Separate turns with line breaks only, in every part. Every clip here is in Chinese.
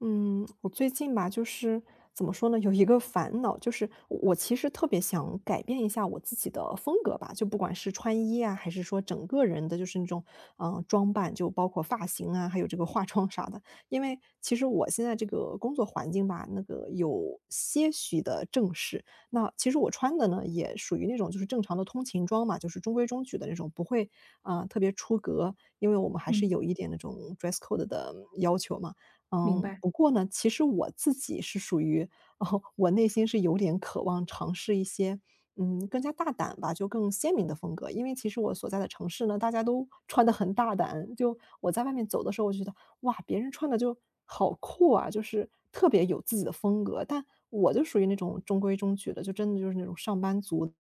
嗯，我最近吧，就是怎么说呢，有一个烦恼，就是我其实特别想改变一下我自己的风格吧，就不管是穿衣啊，还是说整个人的，就是那种装扮，就包括发型啊，还有这个化妆啥的。因为其实我现在这个工作环境吧，那个有些许的正式，那其实我穿的呢也属于那种就是正常的通勤装嘛，就是中规中矩的那种，不会特别出格，因为我们还是
嗯，
有一点那种 dress code 的要求嘛。
明
嗯，
白，
不过呢，其实我自己是属于，哦，我内心是有点渴望尝试一些，嗯，更加大胆吧，就更鲜明的风格。因为其实我所在的城市呢，大家都 穿得很大胆，就我在外面走的时候，我就觉得，哇，别人穿的就好酷啊，就是特别有自己的风格。但我就属于那种中规中矩的，就真的就是那种上班族的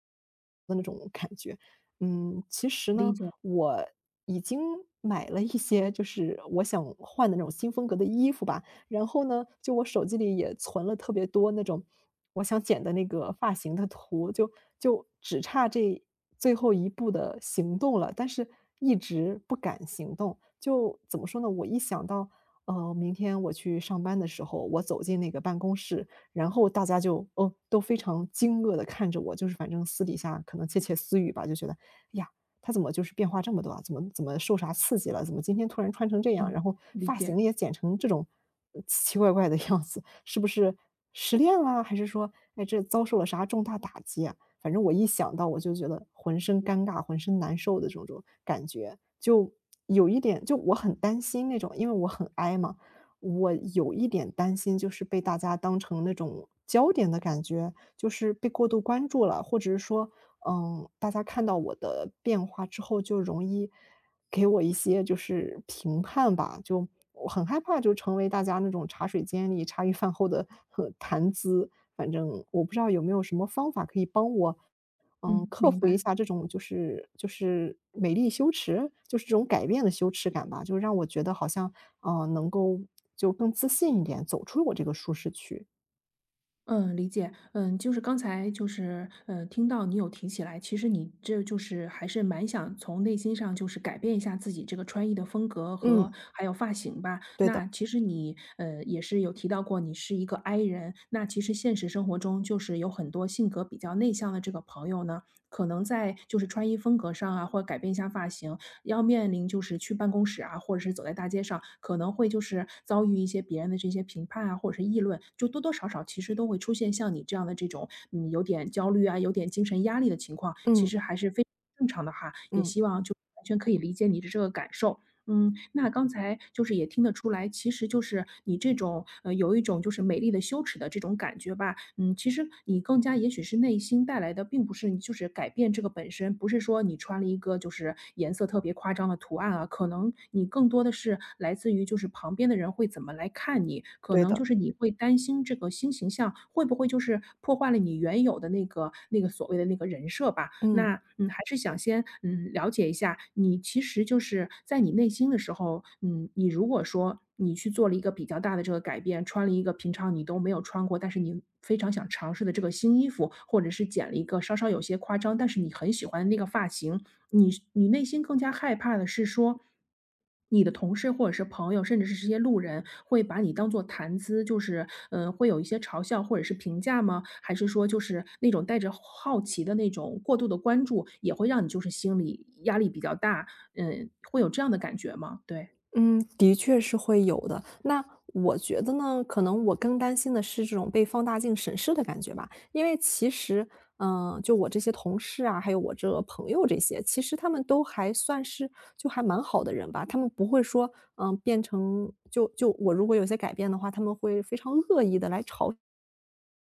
那种感觉。嗯，其实
理
呢，
解，
我已经买了一些就是我想换的那种新风格的衣服吧，然后呢，就我手机里也存了特别多那种我想剪的那个发型的图，就只差这最后一步的行动了，但是一直不敢行动。就怎么说呢？我一想到，明天我去上班的时候，我走进那个办公室，然后大家就，嗯，都非常惊愕的看着我，就是反正私底下可能窃窃私语吧，就觉得，哎呀，他怎么就是变化这么多啊？怎么受啥刺激了？怎么今天突然穿成这样？
嗯，
然后
理
发
解，
型也剪成这种奇奇怪怪的样子，是不是失恋啦？还是说，哎，这遭受了啥重大打击啊？反正我一想到我就觉得浑身尴尬、浑身难受的这种种感觉，就有一点，就我很担心那种，因为我很 I 嘛，我有一点担心，就是被大家当成那种焦点的感觉，就是被过度关注了，或者是说嗯，大家看到我的变化之后，就容易给我一些就是评判吧，就我很害怕就成为大家那种茶水间里茶余饭后的谈资。反正我不知道有没有什么方法可以帮我，嗯，
嗯，
克
明
服一
白，
下这种就是美丽羞耻，就是这种改变的羞耻感吧，就让我觉得好像能够就更自信一点，走出我这个舒适区。
嗯，理解。嗯，就是刚才就是，听到你有提起来，其实你这就是还是蛮想从内心上就是改变一下自己这个穿衣的风格和
嗯，
还有发型吧。
对的，
那其实你也是有提到过你是一个 I 人，那其实现实生活中就是有很多性格比较内向的这个朋友呢，可能在就是穿衣风格上啊，或者改变一下发型，要面临就是去办公室啊，或者是走在大街上，可能会就是遭遇一些别人的这些评判啊，或者是议论，就多多少少其实都会出现像你这样的这种，嗯，有点焦虑啊，有点精神压力的情况，其
嗯
实还是非常正常的哈，也
嗯，
希望就完全可以理解你的这个感受。嗯，那刚才就是也听得出来，其实就是你这种，有一种就是美丽的羞耻的这种感觉吧。嗯，其实你更加也许是内心带来的，并不是你就是改变这个本身，不是说你穿了一个就是颜色特别夸张的图案啊，可能你更多的是来自于就是旁边的人会怎么来看你，可
对
能就
的，
是你会担心这个新型像会不会就是破坏了你原有的那个所谓的那个人设吧？
嗯。
那，嗯，还是想先，嗯，了解一下，你其实就是在你内心的时候，嗯，你如果说你去做了一个比较大的这个改变，穿了一个平常你都没有穿过，但是你非常想尝试的这个新衣服，或者是剪了一个稍稍有些夸张，但是你很喜欢的那个发型，你是你内心更加害怕的是说，你的同事或者是朋友，甚至是这些路人会把你当做谈资，就是，嗯，会有一些嘲笑或者是评价吗？还是说就是那种带着好奇的那种过度的关注，也会让你就是心理压力比较大，嗯，会有这样的感觉吗？对，
嗯，的确是会有的。那我觉得呢，可能我更担心的是这种被放大镜审视的感觉吧。因为其实，嗯，就我这些同事啊，还有我这朋友这些，其实他们都还算是就还蛮好的人吧。他们不会说，嗯，变成就我如果有些改变的话，他们会非常恶意的来嘲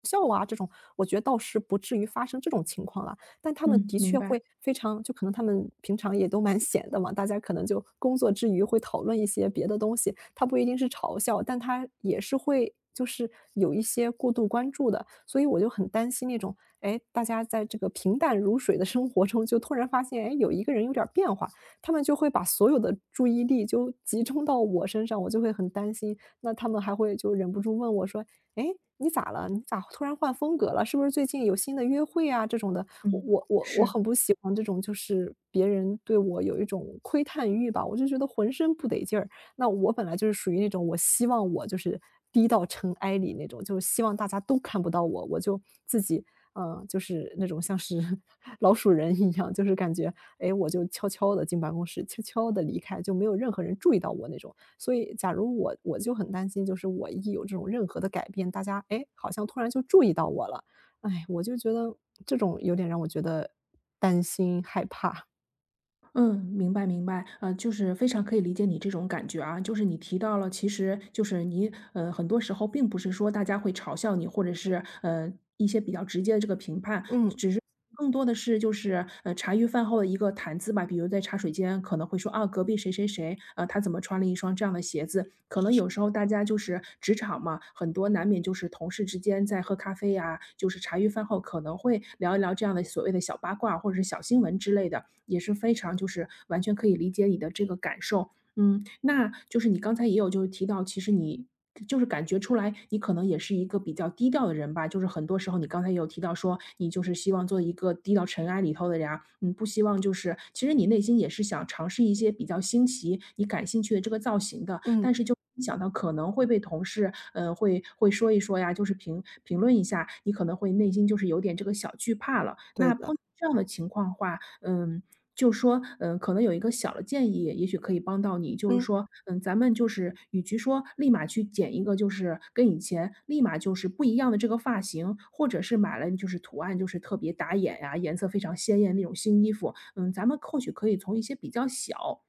笑啊，这种我觉得倒是不至于发生这种情况了。但他们
嗯，
的
明
确
白，
会非常就可能他们平常也都蛮闲的嘛，大家可能就工作之余会讨论一些别的东西，他不一定是嘲笑，但他也是会就是有一些过度关注的。所以我就很担心那种，哎，大家在这个平淡如水的生活中，就突然发现，哎，有一个人有点儿变化，他们就会把所有的注意力就集中到我身上，我就会很担心。那他们还会就忍不住问我说："哎，你咋了？你咋突然换风格了？是不是最近有新的约会啊？"这种的。我
嗯，是。
很不喜欢这种，就是别人对我有一种窥探欲吧，我就觉得浑身不得劲儿。那我本来就是属于那种，我希望我就是低到尘埃里那种，就是希望大家都看不到我，我就自己，嗯，就是那种像是 老鼠人一样，就是感觉，哎，我就悄悄的进办公室，悄悄的离开，就没有任何人注意到我那种。所以，假如我就很担心，就是我一有这种任何的改变，大家哎，诶好像突然就注意到我了。哎，我就觉得这种有点让我觉得担心、害怕。
嗯，明白明白，就是非常可以理解你这种感觉啊，就是你提到了，其实就是你，呃，很多时候并不是说大家会嘲笑你，或者是一些比较直接的这个评判，
嗯
更多的是就是，呃，茶余饭后的一个谈资吧。比如在茶水间可能会说，啊，隔壁谁谁谁，呃，他怎么穿了一双这样的鞋子。可能有时候大家就是职场嘛，很多难免就是同事之间在喝咖啡呀，就是茶余饭后可能会聊一聊这样的所谓的小八卦或者是小新闻之类的，也是非常就是完全可以理解你的这个感受。嗯，那就是你刚才也有就是提到，其实你就是感觉出来，你可能也是一个比较低调的人吧。就是很多时候，你刚才也有提到说，你就是希望做一个低到尘埃里头的人啊，嗯，不希望就是其实你内心也是想尝试一些比较新奇、你感兴趣的这个造型的，
嗯，
但是就一想到可能会被同事，呃，会说一说呀，就是评论一下，你可能会内心就是有点这个小惧怕了。
对
那
的。
碰到这样的情况的话，嗯，就说，嗯，可能有一个小的建议，也许可以帮到你。就是
嗯，
说，嗯，咱们就是与其说立马去剪一个，就是跟以前立马就是不一样的这个发型，或者是买了就是图案就是特别打眼呀、颜色非常鲜艳那种新衣服，嗯，咱们或许可以从一些比较小，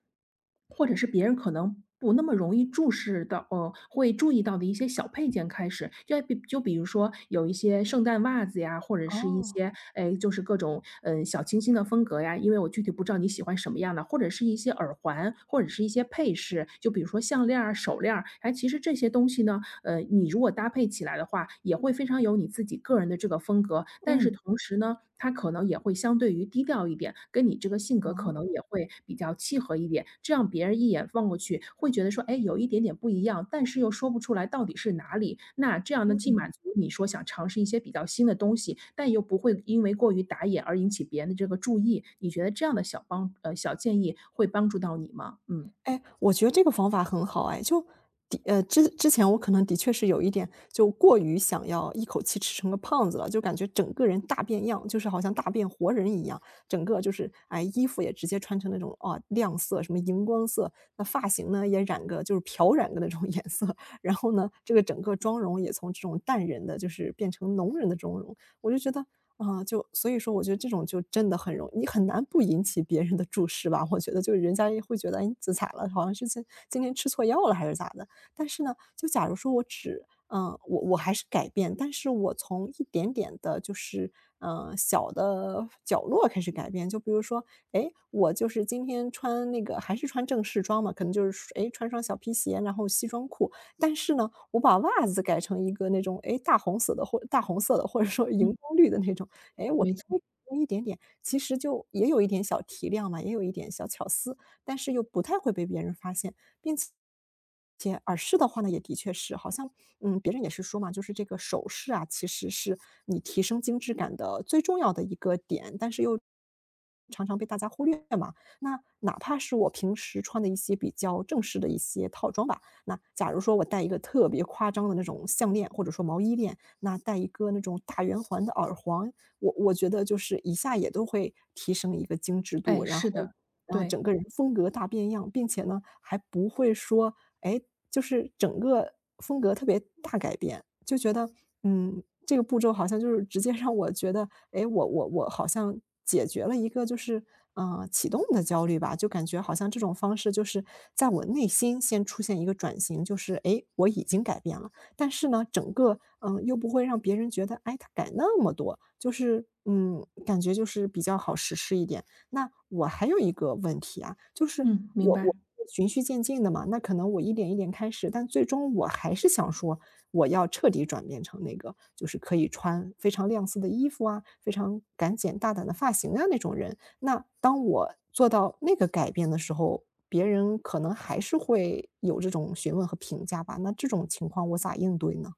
或者是别人可能不那么容易注视到会注意到的一些小配件开始。就比如说有一些圣诞袜子呀，或者是一
哦，
些，哎，就是各种，嗯，小清新的风格呀，因为我具体不知道你喜欢什么样的，或者是一些耳环，或者是一些配饰，就比如说项链儿、手链儿。哎，其实这些东西呢，你如果搭配起来的话，也会非常有你自己个人的这个风格。但是
嗯。
同时呢，它可能也会相对于低调一点，跟你这个性格可能
哦。
也会比较契合一点。这样别人一眼望过去会觉得说，哎，有一点点不一样，但是又说不出来到底是哪里。那这样呢，既
嗯。
满足你说想尝试一些比较新的东西，但又不会因为过于打眼而引起别人的这个注意。你觉得这样的小建议会帮助到你吗？嗯。
哎，我觉得这个方法很好哎，就的之前我可能的确是有一点就过于想要一口气吃成个胖子了，就感觉整个人大变样，就是好像大变活人一样，整个就是哎，衣服也直接穿成那种啊亮色，什么荧光色，那发型呢也染个就是漂染个那种 颜色，然后呢，这个整个妆容也从这种淡人的就是变成浓人的妆容，我就觉得啊，就所以说我觉得这种就真的很容易，你很难不引起别人的注视吧，我觉得就是人家也会觉得，哎，你自残了，好像是今天吃错药了还是咋的。但是呢，就假如说我只嗯，我还是改变，但是我从一点点的就是，嗯，小的角落开始改变。就比如说，哎，我就是今天穿那个还是穿正式装嘛，可能就是，哎，穿双小皮鞋，然后西装裤。但是呢，我把袜子改成一个那种，哎，大红色的，或者说
嗯，
荧光绿的那种，哎，我
没错。
稍微改一点点，其实就也有一点小提亮嘛，也有一点小巧思，但是又不太会被别人发现，并且耳饰的话呢，也的确是好像，嗯，别人也是说嘛，就是这个首饰啊，其实是你提升精致感的最重要的一个点，但是又常常被大家忽略嘛。那哪怕是我平时穿的一些比较正式的一些套装吧，那假如说我戴一个特别夸张的那种项链，或者说毛衣链，那戴一个那种大圆环的耳环，我觉得就是一下也都会提升一个精致
哎，
度，然后
是的。
然后
对，
整个人风格大变样，并且呢，还不会说，哎，就是整个风格特别大改变，就觉得，嗯，这个步骤好像就是直接让我觉得，哎，我好像解决了一个就是，启动的焦虑吧，就感觉好像这种方式就是在我内心先出现一个转型，就是，哎，诶我已经改变了，但是呢，整个嗯，又不会让别人觉得，哎，他改那么多，就是嗯，感觉就是比较好实施一点。那我还有一个问题啊，就是
嗯，明
我
白。
我循序渐进的嘛，那可能我一点一点开始，但最终我还是想说，我要彻底转变成那个就是可以穿非常亮色的衣服啊，非常敢剪大胆的发型啊那种人。那当我做到那个改变的时候，别人可能还是会有这种询问和评价吧，那这种情况我咋应对呢？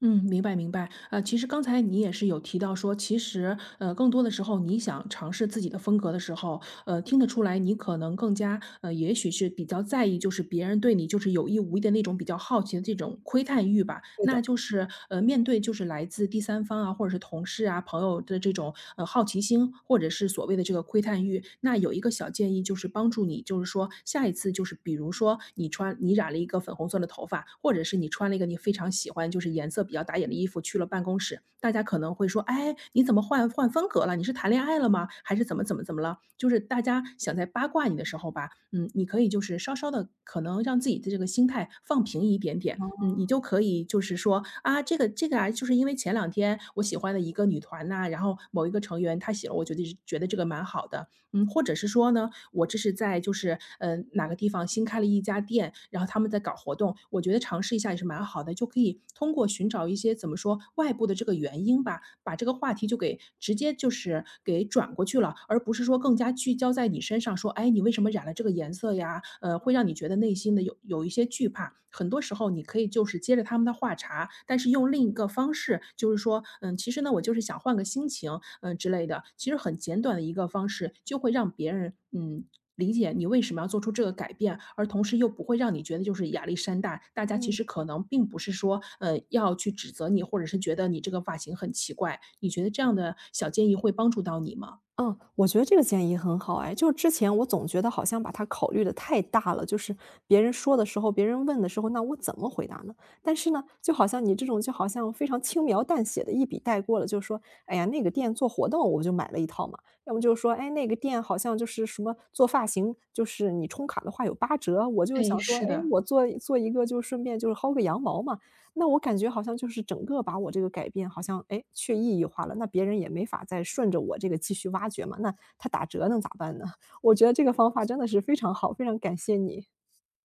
嗯，明白明白。其实刚才你也是有提到说，其实更多的时候你想尝试自己的风格的时候，呃，听得出来你可能更加,也许是比较在意，就是别人对你就是有意无意的那种比较好奇的这种窥探欲吧。
对
那
的，
就是呃，面对就是来自第三方啊，或者是同事啊、朋友的这种好奇心，或者是所谓的这个窥探欲，那有一个小建议就是帮助你，就是说下一次就是比如说你穿你染了一个粉红色的头发，或者是你穿了一个你非常喜欢就是颜色比较打眼的衣服去了办公室，大家可能会说：“哎，你怎么换风格了？你是谈恋爱了吗？还是怎么怎么怎么了？”就是大家想在八卦你的时候吧，嗯，你可以就是稍稍的，可能让自己的这个心态放平一点点，嗯，你就可以就是说：“啊，这个这个啊，就是因为前两天我喜欢的一个女团呐，然后某一个成员她写了，我觉得这个蛮好的。”嗯，或者是说呢，我这是在就是嗯，哪个地方新开了一家店，然后他们在搞活动，我觉得尝试一下也是蛮好的，就可以通过寻找一些怎么说外部的这个原因吧，把这个话题就给直接就是给转过去了，而不是说更加聚焦在你身上说：“哎，你为什么染了这个颜色呀？”呃，会让你觉得内心的有一些惧怕。很多时候你可以就是接着他们的话茬，但是用另一个方式，就是说：“嗯，其实呢，我就是想换个心情，嗯之类的。”其实很简短的一个方式，就会让别人嗯理解你为什么要做出这个改变，而同时又不会让你觉得就是压力山大。大家其
嗯。
实可能并不是说要去指责你，或者是觉得你这个发型很奇怪。你觉得这样的小建议会帮助到你吗？
嗯，我觉得这个建议很好哎，就是之前我总觉得好像把它考虑的太大了，就是别人说的时候，别人问的时候，那我怎么回答呢？但是呢，就好像你这种就好像非常轻描淡写的一笔带过了，就是说，哎呀，那个店做活动我就买了一套嘛，要么就是说，哎，那个店好像就是什么做发型，就是你充卡的话有8折，我就是
哎，
想说，
是
哎，
的。
我做做一个就顺便就是薅个羊毛嘛，那我感觉好像就是整个把我这个改变好像，哎，去意义化了，那别人也没法再顺着我这个继续挖掘嘛，那他打折能咋办呢？我觉得这个方法真的是非常好，非常感谢你。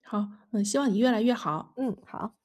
好，嗯，希望你越来越好。
嗯，好。